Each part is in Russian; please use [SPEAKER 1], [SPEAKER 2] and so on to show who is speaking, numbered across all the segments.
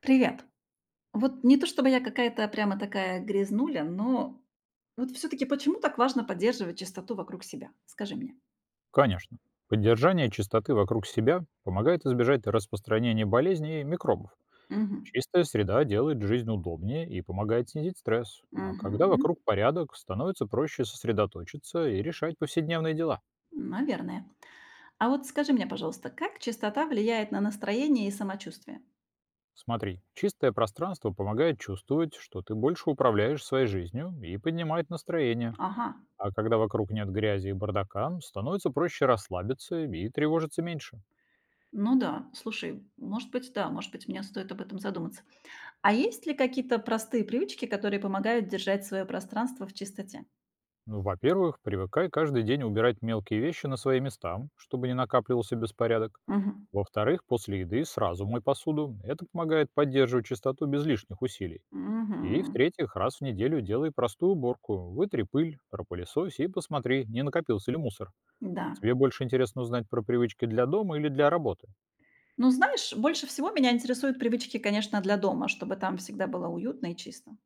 [SPEAKER 1] Привет. Вот не то чтобы я какая-то прямо такая грязнуля, но вот все-таки почему так важно поддерживать чистоту вокруг себя? Скажи мне.
[SPEAKER 2] Конечно. Поддержание чистоты вокруг себя помогает избежать распространения болезней и микробов.
[SPEAKER 1] Мгм.
[SPEAKER 2] Чистая среда делает жизнь удобнее и помогает снизить стресс. А когда
[SPEAKER 1] Мгм.
[SPEAKER 2] вокруг порядок, становится проще сосредоточиться и решать повседневные дела.
[SPEAKER 1] Наверное. А вот скажи мне, пожалуйста, как чистота влияет на настроение и самочувствие?
[SPEAKER 2] Смотри, чистое пространство помогает чувствовать, что ты больше управляешь своей жизнью и поднимает настроение.
[SPEAKER 1] Ага.
[SPEAKER 2] А когда вокруг нет грязи и бардака, становится проще расслабиться и тревожиться меньше.
[SPEAKER 1] Ну да, слушай, может быть, да, может быть, мне стоит об этом задуматься. А есть ли какие-то простые привычки, которые помогают держать свое пространство в чистоте?
[SPEAKER 2] Ну, во-первых, привыкай каждый день убирать мелкие вещи на свои места, чтобы не накапливался беспорядок.
[SPEAKER 1] Мгм.
[SPEAKER 2] Во-вторых, после еды сразу мой посуду. Это помогает поддерживать чистоту без лишних усилий. И
[SPEAKER 1] Мгм.
[SPEAKER 2] в-третьих, раз в неделю делай простую уборку. Вытри пыль, пропылесось и посмотри, не накопился ли мусор.
[SPEAKER 1] Да.
[SPEAKER 2] Тебе больше интересно узнать про привычки для дома или для работы?
[SPEAKER 1] Ну, знаешь, больше всего меня интересуют привычки, конечно, для дома, чтобы там всегда было уютно и чисто.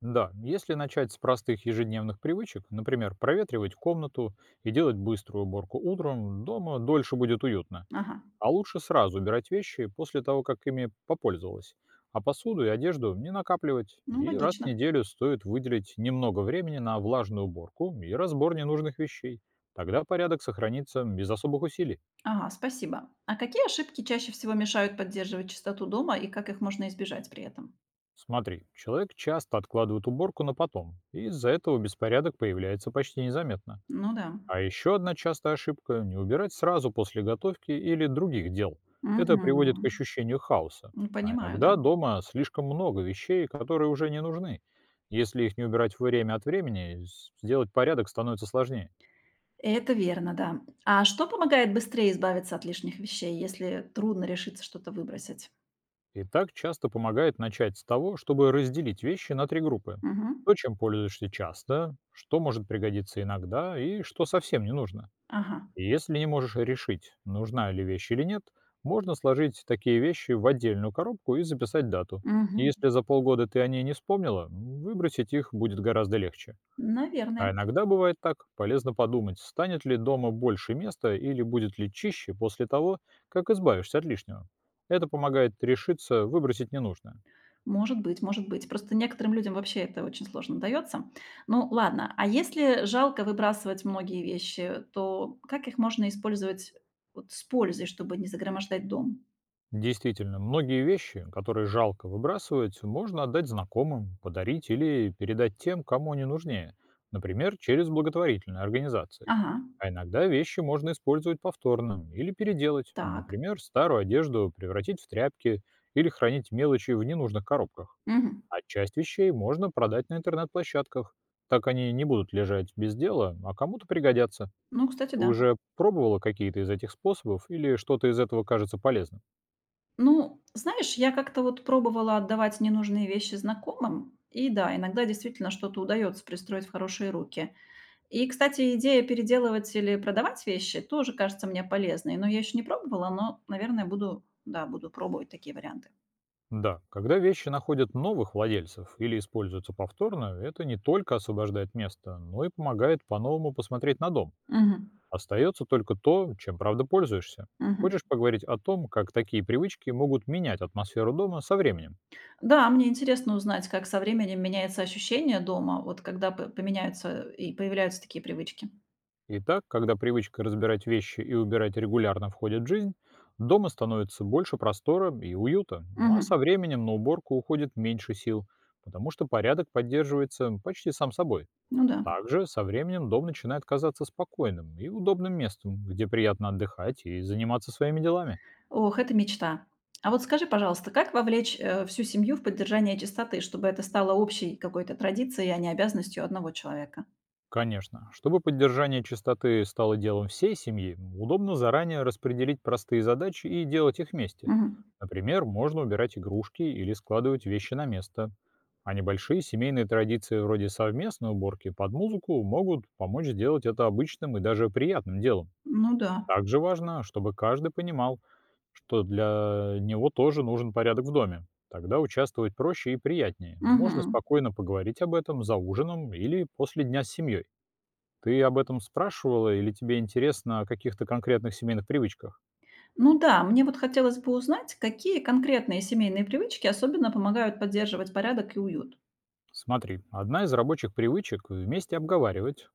[SPEAKER 2] Да, если начать с простых ежедневных привычек, например, проветривать комнату и делать быструю уборку утром, дома дольше будет уютно.
[SPEAKER 1] Ага,
[SPEAKER 2] А лучше сразу убирать вещи после того, как ими попользовалась. А посуду и одежду не накапливать.
[SPEAKER 1] ну
[SPEAKER 2] И раз в
[SPEAKER 1] логично.
[SPEAKER 2] неделю стоит выделить немного времени на влажную уборку и разбор ненужных вещей. Тогда порядок сохранится без особых усилий.
[SPEAKER 1] Ага, спасибо. А какие ошибки чаще всего мешают поддерживать чистоту дома и как их можно избежать при этом?
[SPEAKER 2] Смотри, человек часто откладывает уборку на потом, и из-за этого беспорядок появляется почти незаметно.
[SPEAKER 1] Ну да.
[SPEAKER 2] А еще одна частая ошибка — не убирать сразу после готовки или других дел. Это приводит к
[SPEAKER 1] Мгм.
[SPEAKER 2] ощущению хаоса.
[SPEAKER 1] Ну,
[SPEAKER 2] А
[SPEAKER 1] понимаю, да.
[SPEAKER 2] иногда дома слишком много вещей, которые уже не нужны. Если их не убирать время от времени, сделать порядок становится сложнее.
[SPEAKER 1] Это верно, да. А что помогает быстрее избавиться от лишних вещей, если трудно решиться что-то выбросить?
[SPEAKER 2] И так часто помогает начать с того, чтобы разделить вещи на три группы.
[SPEAKER 1] Мгм.
[SPEAKER 2] То, чем пользуешься часто, что может пригодиться иногда и что совсем не нужно.
[SPEAKER 1] Ага.
[SPEAKER 2] И если не можешь решить, нужна ли вещь или нет, можно сложить такие вещи в отдельную коробку и записать дату. И
[SPEAKER 1] Мгм.
[SPEAKER 2] если за полгода ты о ней не вспомнила, выбросить их будет гораздо легче.
[SPEAKER 1] Наверное.
[SPEAKER 2] А иногда бывает так, полезно подумать, станет ли дома больше места или будет ли чище после того, как избавишься от лишнего. Это помогает решиться выбросить ненужное.
[SPEAKER 1] Может быть, может быть. Просто некоторым людям вообще это очень сложно дается. Ну ладно, а если жалко выбрасывать многие вещи, то как их можно использовать вот с пользой, чтобы не загромождать дом?
[SPEAKER 2] Действительно, многие вещи, которые жалко выбрасывать, можно отдать знакомым, подарить или передать тем, кому они нужнее, например, через благотворительные организации.
[SPEAKER 1] Ага,
[SPEAKER 2] А иногда вещи можно использовать повторно или переделать,
[SPEAKER 1] так.
[SPEAKER 2] например, старую одежду превратить в тряпки или хранить мелочи в ненужных коробках.
[SPEAKER 1] Мгм.
[SPEAKER 2] А часть вещей можно продать на интернет-площадках, так они не будут лежать без дела, а кому-то пригодятся.
[SPEAKER 1] Ну, кстати,
[SPEAKER 2] Ты
[SPEAKER 1] да.
[SPEAKER 2] уже пробовала какие-то из этих способов или что-то из этого кажется полезным?
[SPEAKER 1] Ну, знаешь, я как-то вот пробовала отдавать ненужные вещи знакомым, и да, иногда действительно что-то удается пристроить в хорошие руки. И, кстати, идея переделывать или продавать вещи тоже кажется мне полезной, но я еще не пробовала, но, наверное, буду, да, буду пробовать такие варианты.
[SPEAKER 2] Да, когда вещи находят новых владельцев или используются повторно, это не только освобождает место, но и помогает по-новому посмотреть на дом.
[SPEAKER 1] Мгм.
[SPEAKER 2] Остается только то, чем правда пользуешься.
[SPEAKER 1] Мгм.
[SPEAKER 2] Хочешь поговорить о том, как такие привычки могут менять атмосферу дома со временем?
[SPEAKER 1] Да, мне интересно узнать, как со временем меняется ощущение дома, вот когда поменяются и появляются такие привычки.
[SPEAKER 2] Итак, когда привычка разбирать вещи и убирать регулярно входит в жизнь, дома становится больше простора и уюта, ну а
[SPEAKER 1] Мгм.
[SPEAKER 2] со временем на уборку уходит меньше сил, потому что порядок поддерживается почти сам собой.
[SPEAKER 1] Ну да.
[SPEAKER 2] Также со временем дом начинает казаться спокойным и удобным местом, где приятно отдыхать и заниматься своими делами.
[SPEAKER 1] Ох, это мечта. А вот скажи, пожалуйста, как вовлечь всю семью в поддержание чистоты, чтобы это стало общей какой-то традицией, а не обязанностью одного человека?
[SPEAKER 2] Конечно, чтобы поддержание чистоты стало делом всей семьи, удобно заранее распределить простые задачи и делать их вместе.
[SPEAKER 1] Мгм.
[SPEAKER 2] Например, можно убирать игрушки или складывать вещи на место. А небольшие семейные традиции вроде совместной уборки под музыку могут помочь сделать это обычным и даже приятным делом.
[SPEAKER 1] Ну да.
[SPEAKER 2] Также важно, чтобы каждый понимал, что для него тоже нужен порядок в доме. Тогда участвовать проще и приятнее. Можно
[SPEAKER 1] Мгм.
[SPEAKER 2] спокойно поговорить об этом за ужином или после дня с семьей. Ты об этом спрашивала или тебе интересно о каких-то конкретных семейных привычках?
[SPEAKER 1] Ну да, мне вот хотелось бы узнать, какие конкретные семейные привычки особенно помогают поддерживать порядок и уют.
[SPEAKER 2] Смотри, одна из рабочих привычек — вместе обговаривать,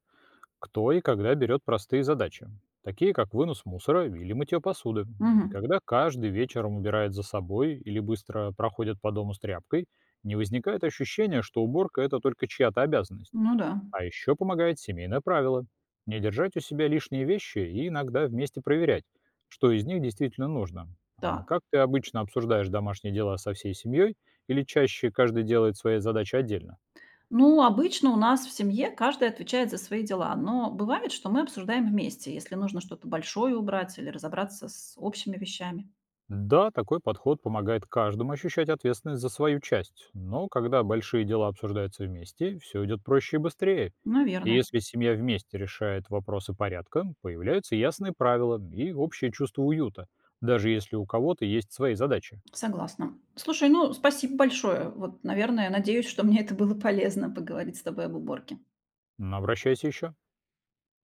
[SPEAKER 2] кто и когда берет простые задачи, такие как вынос мусора или мытье посуды, и
[SPEAKER 1] Мгм.
[SPEAKER 2] когда каждый вечером убирает за собой или быстро проходит по дому с тряпкой, не возникает ощущения, что уборка — это только чья-то обязанность.
[SPEAKER 1] Ну да,
[SPEAKER 2] А еще помогает семейное правило — не держать у себя лишние вещи и иногда вместе проверять, что из них действительно нужно. А
[SPEAKER 1] так.
[SPEAKER 2] как ты обычно обсуждаешь домашние дела со всей семьей или чаще каждый делает свои задачи отдельно?
[SPEAKER 1] Ну, обычно у нас в семье каждый отвечает за свои дела, но бывает, что мы обсуждаем вместе, если нужно что-то большое убрать или разобраться с общими вещами.
[SPEAKER 2] Да, такой подход помогает каждому ощущать ответственность за свою часть, но когда большие дела обсуждаются вместе, все идет проще и быстрее. И
[SPEAKER 1] Наверное,
[SPEAKER 2] если семья вместе решает вопросы порядка, появляются ясные правила и общее чувство уюта, даже если у кого-то есть свои задачи.
[SPEAKER 1] согласна. Слушай, ну спасибо большое. Вот, наверное, надеюсь, что мне это было полезно поговорить с тобой об уборке.
[SPEAKER 2] Но обращайся еще.